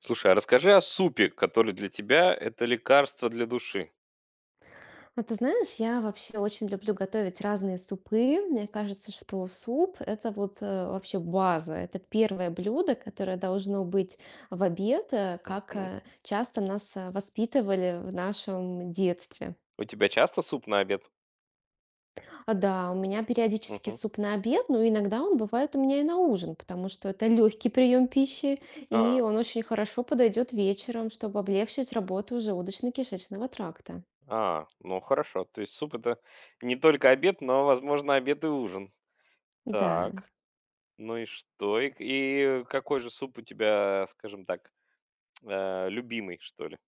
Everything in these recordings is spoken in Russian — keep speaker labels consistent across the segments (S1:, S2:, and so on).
S1: Слушай, а расскажи о супе, который для тебя- это лекарство для души.
S2: А ты знаешь, я вообще очень люблю готовить разные супы. Мне кажется, что суп это вот вообще база. Это первое блюдо, которое должно быть в обед, как
S1: Мгм.
S2: часто нас воспитывали в нашем детстве.
S1: У тебя часто суп на обед?
S2: Да, у меня периодически
S1: Мгм.
S2: суп на обед, но иногда он бывает у меня и на ужин, потому что это легкий прием пищи, и
S1: А,
S2: он очень хорошо подойдет вечером, чтобы облегчить работу желудочно-кишечного тракта.
S1: ну хорошо. То есть суп- это не только обед, но, возможно, обед и ужин.
S2: Да.
S1: Так, ну и что? И какой же суп у тебя, скажем так, любимый, что ли?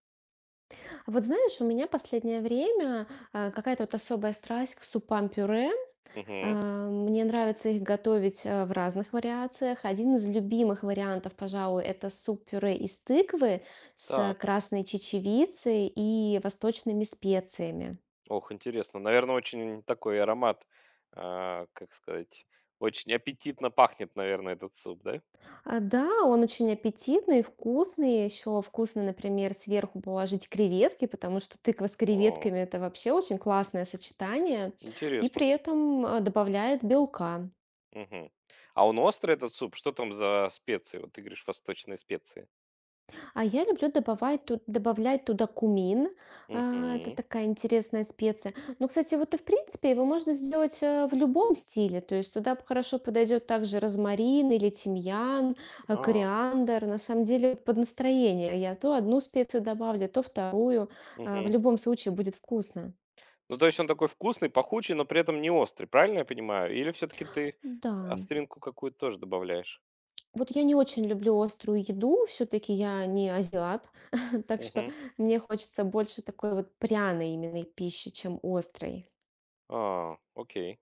S2: Вот знаешь, у меня последнее время какая-то вот особая страсть к супам-пюре.
S1: Мгм.
S2: Мне нравится их готовить в разных вариациях. Один из любимых вариантов, пожалуй, это суп-пюре из тыквы с
S1: Так.
S2: красной чечевицей и восточными специями.
S1: Ох, интересно. Наверное, очень такой аромат, как сказать, очень аппетитно пахнет, наверное, этот суп, да?
S2: Да, он очень аппетитный, вкусный. Еще вкусно, например, сверху положить креветки, потому что тыква с
S1: О,
S2: креветками – это вообще очень классное сочетание. И
S1: интересно.
S2: при этом добавляет белка.
S1: Мгм. А он острый, этот суп? Что там за специи? Вот ты говоришь, восточные специи.
S2: А я люблю добавать ту добавлять туда кумин. Это
S1: Мгм.
S2: такая интересная специя. Но, кстати, вот и в принципе его можно сделать, в любом стиле. То есть туда хорошо подойдет также розмарин или тимьян,
S1: А,
S2: кориандр. На самом деле под настроение. Я то одну специю добавлю, то вторую. В
S1: мгм.
S2: любом случае будет вкусно.
S1: Ну, то есть он такой вкусный, пахучий, но при этом не острый, правильно я понимаю? Или все-таки ты
S2: Да.
S1: остринку какую-то тоже добавляешь?
S2: Вот я не очень люблю острую еду, все-таки я не азиат, так что
S1: Мгм.
S2: мне хочется больше такой вот пряной именно пищи, чем острой.
S1: А, окей.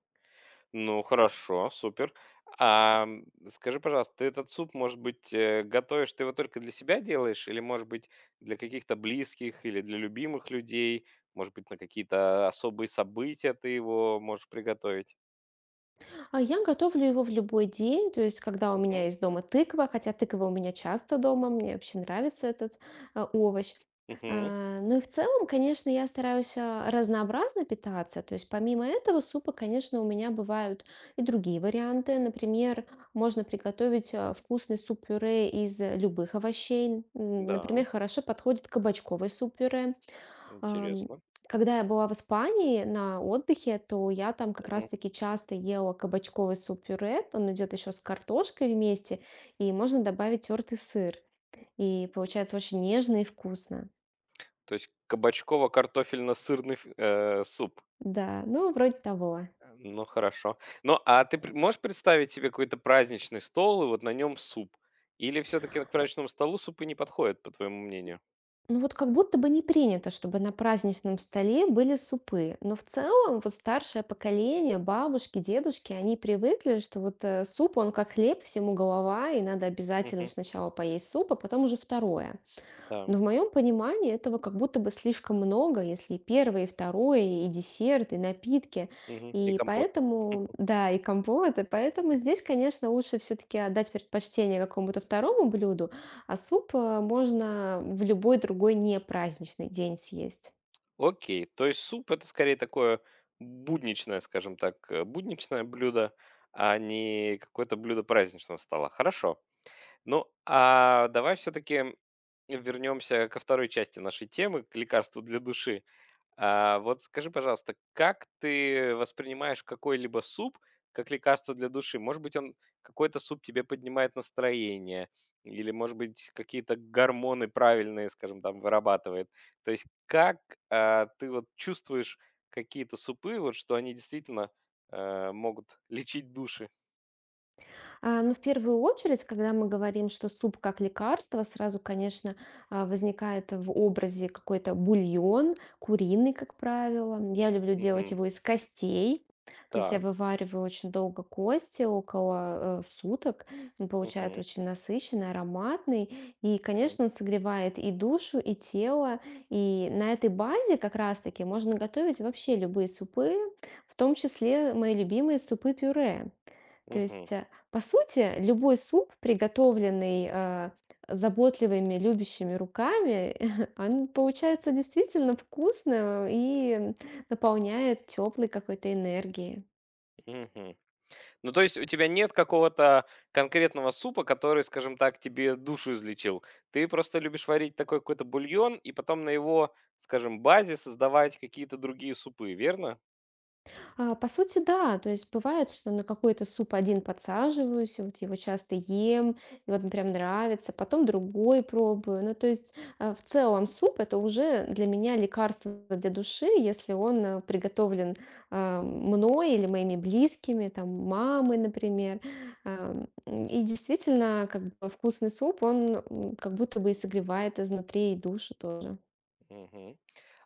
S1: Ну, хорошо, супер. Скажи, пожалуйста, ты этот суп, может быть, готовишь, ты его только для себя делаешь или, может быть, для каких-то близких или для любимых людей? Может быть, на какие-то особые события ты его можешь приготовить?
S2: А я готовлю его в любой день, то есть когда у меня
S1: Мгм.
S2: есть дома тыква, хотя тыква у меня часто дома, мне вообще нравится этот овощ.
S1: Мгм.
S2: Ну и в целом, конечно, я стараюсь разнообразно питаться, то есть помимо этого супа, конечно, у меня бывают и другие варианты. Например, можно приготовить вкусный суп-пюре из любых овощей.
S1: Да,
S2: Например, хорошо подходит кабачковый суп-пюре. Ам,
S1: интересно.
S2: когда я была в Испании на отдыхе, то я там как
S1: Мгм.
S2: раз-таки часто ела кабачковый суп-пюре. Он идет еще с картошкой вместе, и можно добавить тертый сыр. И получается очень нежно и вкусно.
S1: То есть кабачково-картофельно-сырный суп.
S2: Да, ну, вроде того.
S1: Ну, хорошо. Ну, а ты можешь представить себе какой-то праздничный стол и вот на нем суп? Или все-таки к праздничному столу супы не подходят, по твоему мнению?
S2: Ну вот как будто бы не принято, чтобы на праздничном столе были супы. Но в целом вот старшее поколение, бабушки, дедушки, они привыкли, что вот суп, он как хлеб, всему голова, и надо обязательно
S1: Мгм.
S2: сначала поесть суп, а потом уже второе.
S1: Да.
S2: Но в моем понимании этого как будто бы слишком много, если и первое, и второе, и десерт, и напитки.
S1: Мгм. И
S2: И
S1: компот.
S2: поэтому, да, и компоты. Поэтому здесь, конечно, лучше все-таки отдать предпочтение какому-то второму блюду, а суп можно в любой другой непраздничный день съесть.
S1: Окей. То есть суп это скорее такое будничное, скажем так, будничное блюдо, а не какое-то блюдо праздничного стола. Хорошо. Ну, а давай все-таки вернемся ко второй части нашей темы, к лекарству для души. А, вот скажи, пожалуйста, как ты воспринимаешь какой-либо суп как лекарство для души? Может быть, он какой-то суп тебе поднимает настроение, или, может быть, какие-то гормоны правильные, скажем, там вырабатывает. То есть, как ты вот чувствуешь какие-то супы, вот что они действительно могут лечить души?
S2: Ну, в первую очередь, когда мы говорим, что суп как лекарство, сразу, конечно, возникает в образе какой-то бульон, куриный, как правило. Я люблю делать
S1: Мгм.
S2: его из костей. То есть я
S1: Так.
S2: вывариваю очень долго кости, около суток. Он получается
S1: Угу,
S2: очень насыщенный, ароматный. И, конечно, он согревает и душу, и тело. И на этой базе как раз-таки можно готовить вообще любые супы, в том числе мои любимые супы-пюре. То
S1: угу,
S2: есть, по сути, любой суп, приготовленный, заботливыми, любящими руками, он получается действительно вкусным и наполняет теплой какой-то энергией.
S1: угу. Ну, то есть у тебя нет какого-то конкретного супа, который, скажем так, тебе душу излечил. Ты просто любишь варить такой какой-то бульон и потом на его, скажем, базе создавать какие-то другие супы, верно?
S2: По сути, да. То есть бывает, что на какой-то суп один подсаживаюсь, и вот его часто ем, и вот прям нравится, потом другой пробую. Ну, то есть, в целом суп — это уже для меня лекарство для души, если он, приготовлен, мной или моими близкими, там, мамой, например. Ам, действительно, как бы вкусный суп, он, как будто бы и согревает изнутри и душу тоже.
S1: Мгм.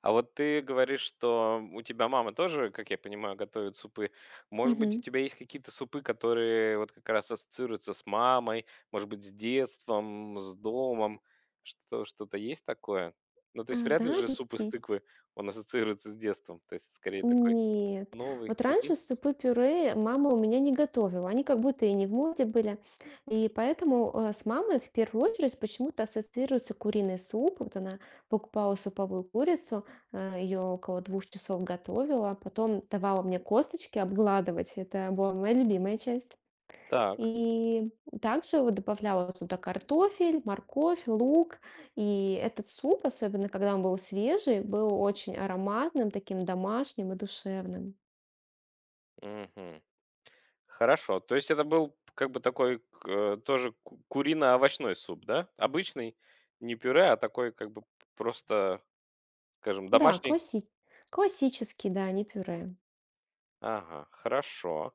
S1: А вот ты говоришь, что у тебя мама тоже, как я понимаю, готовит супы. Может быть, у
S2: Мгм.
S1: тебя есть какие-то супы, которые вот как раз ассоциируются с мамой, может быть, с детством, с домом? Что, что-то есть такое? Ну, то есть вряд ли
S2: Да,
S1: же суп из
S2: действительно.
S1: тыквы, он ассоциируется с детством. То есть, скорее, такой
S2: Нет.
S1: новый.
S2: Вот
S1: Мгм.
S2: раньше супы-пюре мама у меня не готовила. Они как будто и не в моде были. И поэтому с мамой в первую очередь почему-то ассоциируется куриный суп. Вот она покупала суповую курицу, ее около 2 часов готовила, а потом давала мне косточки обгладывать. Это была моя любимая часть.
S1: Так.
S2: И также вот добавляла туда картофель, морковь, лук. И этот суп, особенно когда он был свежий, был очень ароматным, таким домашним и душевным.
S1: Мгм. Хорошо. То есть это был как бы такой тоже курино-овощной суп, да? Обычный, не пюре, а такой как бы просто скажем,
S2: Да,
S1: домашний?
S2: классический, да, не пюре.
S1: Ага, хорошо.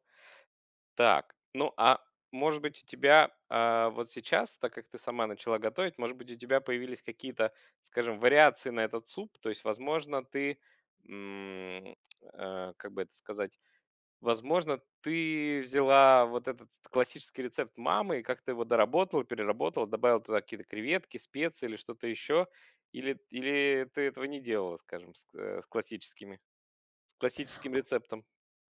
S1: Так, ну, а может быть, у тебя, вот сейчас, так как ты сама начала готовить, может быть, у тебя появились какие-то, скажем, вариации на этот суп? То есть, возможно, ты, м, как бы это сказать, возможно, ты взяла вот этот классический рецепт мамы и как-то его доработала, переработала, добавила туда какие-то креветки, специи или что-то еще? Или ты этого не делала, скажем, с классическими с классическим рецептом?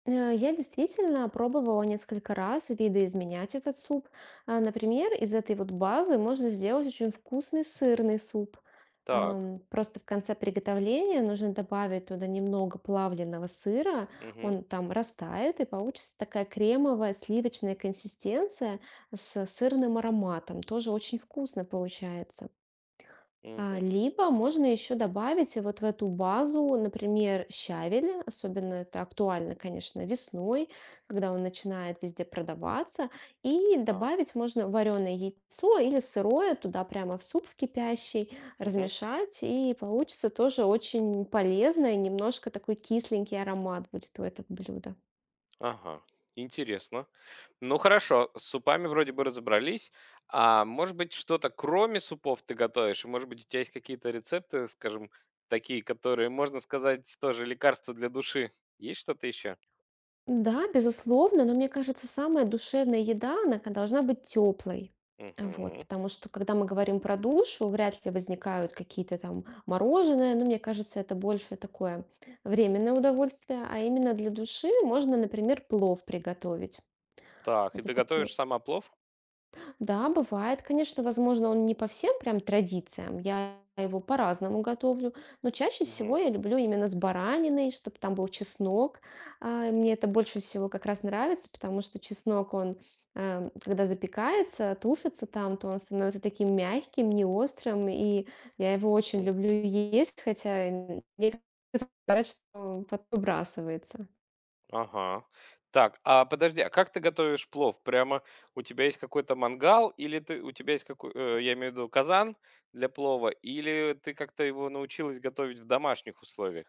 S2: Я действительно пробовала несколько раз видоизменять этот суп. Например, из этой вот базы можно сделать очень вкусный сырный суп.
S1: Так.
S2: Просто в конце приготовления нужно добавить туда немного плавленного сыра,
S1: Мгм,
S2: он там растает, и получится такая кремовая сливочная консистенция с сырным ароматом. Тоже очень вкусно получается.
S1: мгм.
S2: Либо можно еще добавить вот в эту базу, например, щавель, особенно это актуально, конечно, весной, когда он начинает везде продаваться, и
S1: Так,
S2: добавить можно вареное яйцо или сырое туда прямо в суп в кипящий,
S1: мгм.
S2: размешать, и получится тоже очень полезно, и немножко такой кисленький аромат будет у этого блюда.
S1: Ага, интересно. Ну хорошо, с супами вроде бы разобрались. А может быть, что-то кроме супов ты готовишь? Может быть, у тебя есть какие-то рецепты, скажем, такие, которые, можно сказать, тоже лекарства для души? Есть что-то еще?
S2: Да, безусловно, но мне кажется, самая душевная еда, она должна быть теплой. Вот,
S1: Мгм.
S2: потому что, когда мы говорим про душу, вряд ли возникают какие-то там мороженое, но мне кажется, это больше такое временное удовольствие, а именно для души можно, например, плов приготовить.
S1: Так, и
S2: Это
S1: ты
S2: такое
S1: готовишь сама плов?
S2: Да, бывает, конечно, возможно, он не по всем прям традициям, я его по-разному готовлю, но чаще
S1: Мгм.
S2: всего я люблю именно с бараниной, чтобы там был чеснок. И мне это больше всего как раз нравится, потому что чеснок, он, когда запекается, тушится там, то он становится таким мягким, не острым, и я его очень люблю есть, хотя мне кажется, что он потом выбрасывается.
S1: Ага. Так, а подожди, а как ты готовишь плов? Прямо у тебя есть какой-то мангал, или ты у тебя есть какой, я имею в виду казан для плова, или ты как-то его научилась готовить в домашних условиях?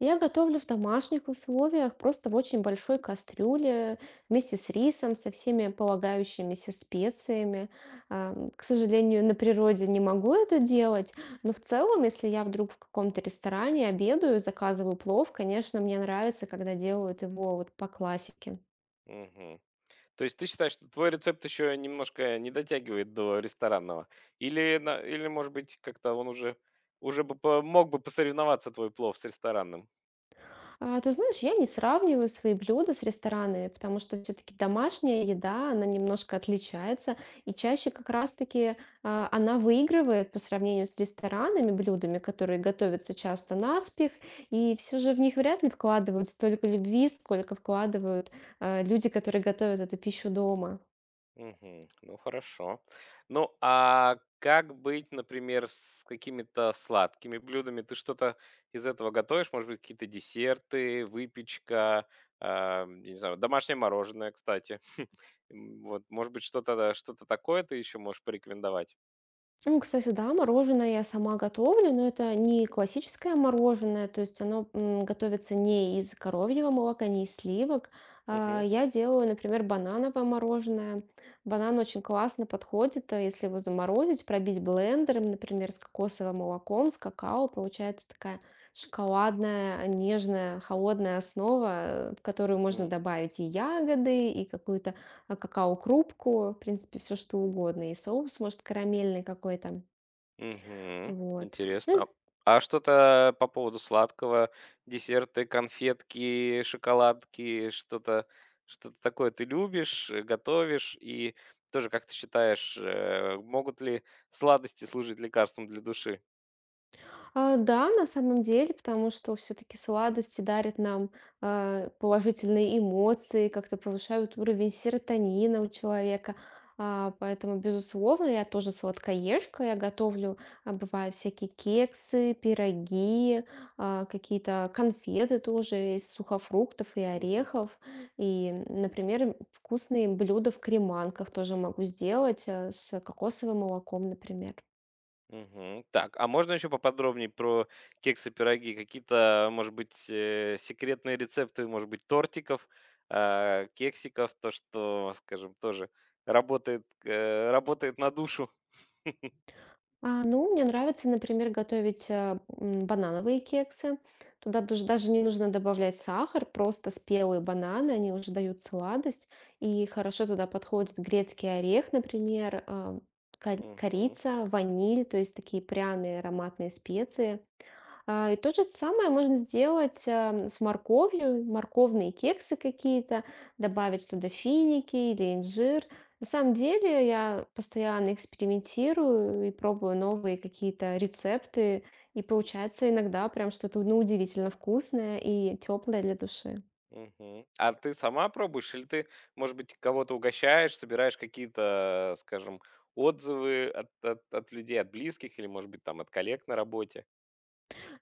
S2: Я готовлю в домашних условиях, просто в очень большой кастрюле, вместе с рисом, со всеми полагающимися специями. К сожалению, на природе не могу это делать, но в целом, если я вдруг в каком-то ресторане обедаю, заказываю плов, конечно, мне нравится, когда делают его вот по классике.
S1: Мгм. То есть ты считаешь, что твой рецепт еще немножко не дотягивает до ресторанного? Или, или может быть, как-то он уже, уже бы мог бы посоревноваться твой плов с ресторанным?
S2: Ты знаешь, я не сравниваю свои блюда с ресторанами, потому что все-таки домашняя еда, она немножко отличается, и чаще как раз-таки она выигрывает по сравнению с ресторанами, блюдами, которые готовятся часто наспех, и все же в них вряд ли вкладывают столько любви, сколько вкладывают люди, которые готовят эту пищу дома.
S1: Мгм. Ну, хорошо. Ну, а как быть, например, с какими-то сладкими блюдами? Ты что-то из этого готовишь? Может быть, какие-то десерты, выпечка, я не знаю, домашнее мороженое, кстати. Вот, может быть, что-то что то такое ты еще можешь порекомендовать?
S2: Ну, кстати, да, мороженое я сама готовлю, но это не классическое мороженое, то есть оно готовится не из коровьего молока, не из сливок. Я делаю, например, банановое мороженое. Банан очень классно подходит, а если его заморозить, пробить блендером, например, с кокосовым молоком, с какао, получается такая шоколадная, нежная, холодная основа, в которую можно
S1: Мгм.
S2: добавить и ягоды, и какую-то какао-крупку, в принципе, все что угодно, и соус, может, карамельный какой-то.
S1: Мгм.
S2: Вот. Ну
S1: Интересно.
S2: и
S1: А что-то по поводу сладкого? Десерты, конфетки, шоколадки, что-то такое ты любишь, готовишь? И тоже, как ты считаешь, могут ли сладости служить лекарством для души?
S2: да, на самом деле, потому что все-таки сладости дарят нам положительные эмоции, как-то повышают уровень серотонина у человека. Поэтому, безусловно, я тоже сладкоежка. Я готовлю, бывают всякие кексы, пироги, какие-то конфеты тоже из сухофруктов и
S1: Мгм.
S2: орехов. И, например, вкусные блюда в креманках тоже могу сделать с кокосовым молоком, например.
S1: Мгм. Так, а можно еще поподробнее про кексы-пироги? Какие-то, может быть, секретные рецепты, может быть, тортиков, кексиков, то, что, скажем, тоже работает, работает на душу?
S2: Ну, мне нравится, например, готовить, банановые кексы. Туда дуж даже не нужно добавлять сахар, просто спелые бананы, они уже дают сладость. И хорошо туда подходит грецкий орех, например, а, ко
S1: Мгм,
S2: корица, ваниль, то есть такие пряные ароматные специи. И то же самое можно сделать, с морковью, морковные кексы какие-то, добавить туда финики или инжир. На самом деле я постоянно экспериментирую и пробую новые какие-то рецепты, и получается иногда прям что-то, ну, удивительно вкусное и теплое для души.
S1: мгм. А ты сама пробуешь или ты, может быть, кого-то угощаешь, собираешь какие-то, скажем, отзывы от людей, от близких или, может быть, там от коллег на работе?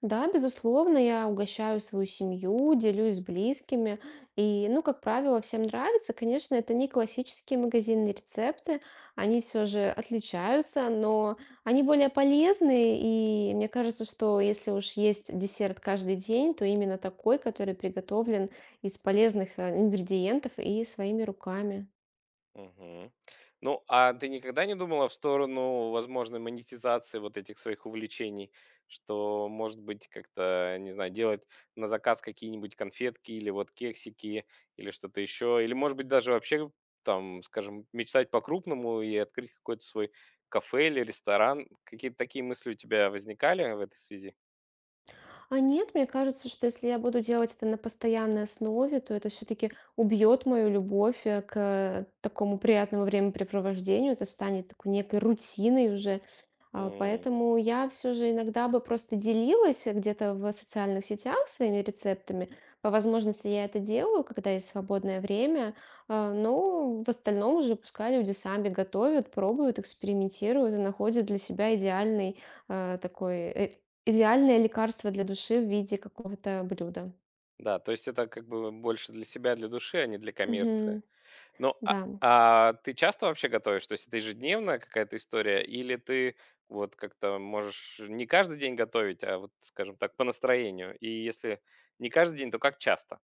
S2: Да, безусловно, я угощаю свою семью, делюсь с близкими. И, ну, как правило, всем нравится. Конечно, это не классические магазинные рецепты. Они все же отличаются, но они более полезные. И мне кажется, что если уж есть десерт каждый день, то именно такой, который приготовлен из полезных ингредиентов и своими руками.
S1: Мгм. Ну, а ты никогда не думала в сторону возможной монетизации вот этих своих увлечений, что, может быть, как-то, не знаю, делать на заказ какие-нибудь конфетки или вот кексики или что-то еще, или, может быть, даже вообще там, скажем, мечтать по-крупному и открыть какой-то свой кафе или ресторан. Какие-то такие мысли у тебя возникали в этой связи?
S2: А нет, мне кажется, что если я буду делать это на постоянной основе, то это все-таки убьет мою любовь к такому приятному времяпрепровождению. Это станет такой некой рутиной уже.
S1: М,
S2: Поэтому я все же иногда бы просто делилась где-то в социальных сетях своими рецептами. По возможности я это делаю, когда есть свободное время. Но в остальном уже пускай люди сами готовят, пробуют, экспериментируют и находят для себя идеальный э, такой э, Идеальное лекарство для души в виде какого-то блюда.
S1: Да, то есть это как бы больше для себя, для души, а не для коммерции.
S2: Мгм.
S1: Ну, а
S2: Да.
S1: а ты часто вообще готовишь? То есть это ежедневная какая-то история или ты вот как-то можешь не каждый день готовить, а вот, скажем так, по настроению? И если не каждый день, то как часто?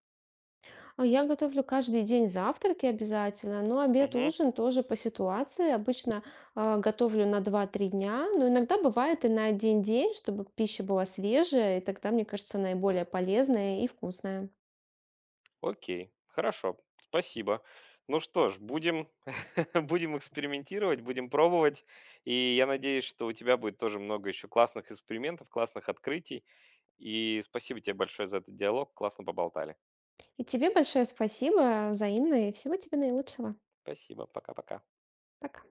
S2: А я готовлю каждый день завтраки обязательно, но обед,
S1: Мгм.
S2: ужин тоже по ситуации. Обычно, готовлю на 2-3 дня, но иногда бывает и на один день, чтобы пища была свежая, и тогда, мне кажется, наиболее полезная и вкусная.
S1: Окей, хорошо, спасибо. Ну что ж, будем, будем экспериментировать, будем пробовать. И я надеюсь, что у тебя будет тоже много еще классных экспериментов, классных открытий. И спасибо тебе большое за этот диалог. Классно поболтали.
S2: И тебе большое спасибо, взаимно, и всего тебе наилучшего.
S1: Спасибо. Пока-пока.
S2: Пока.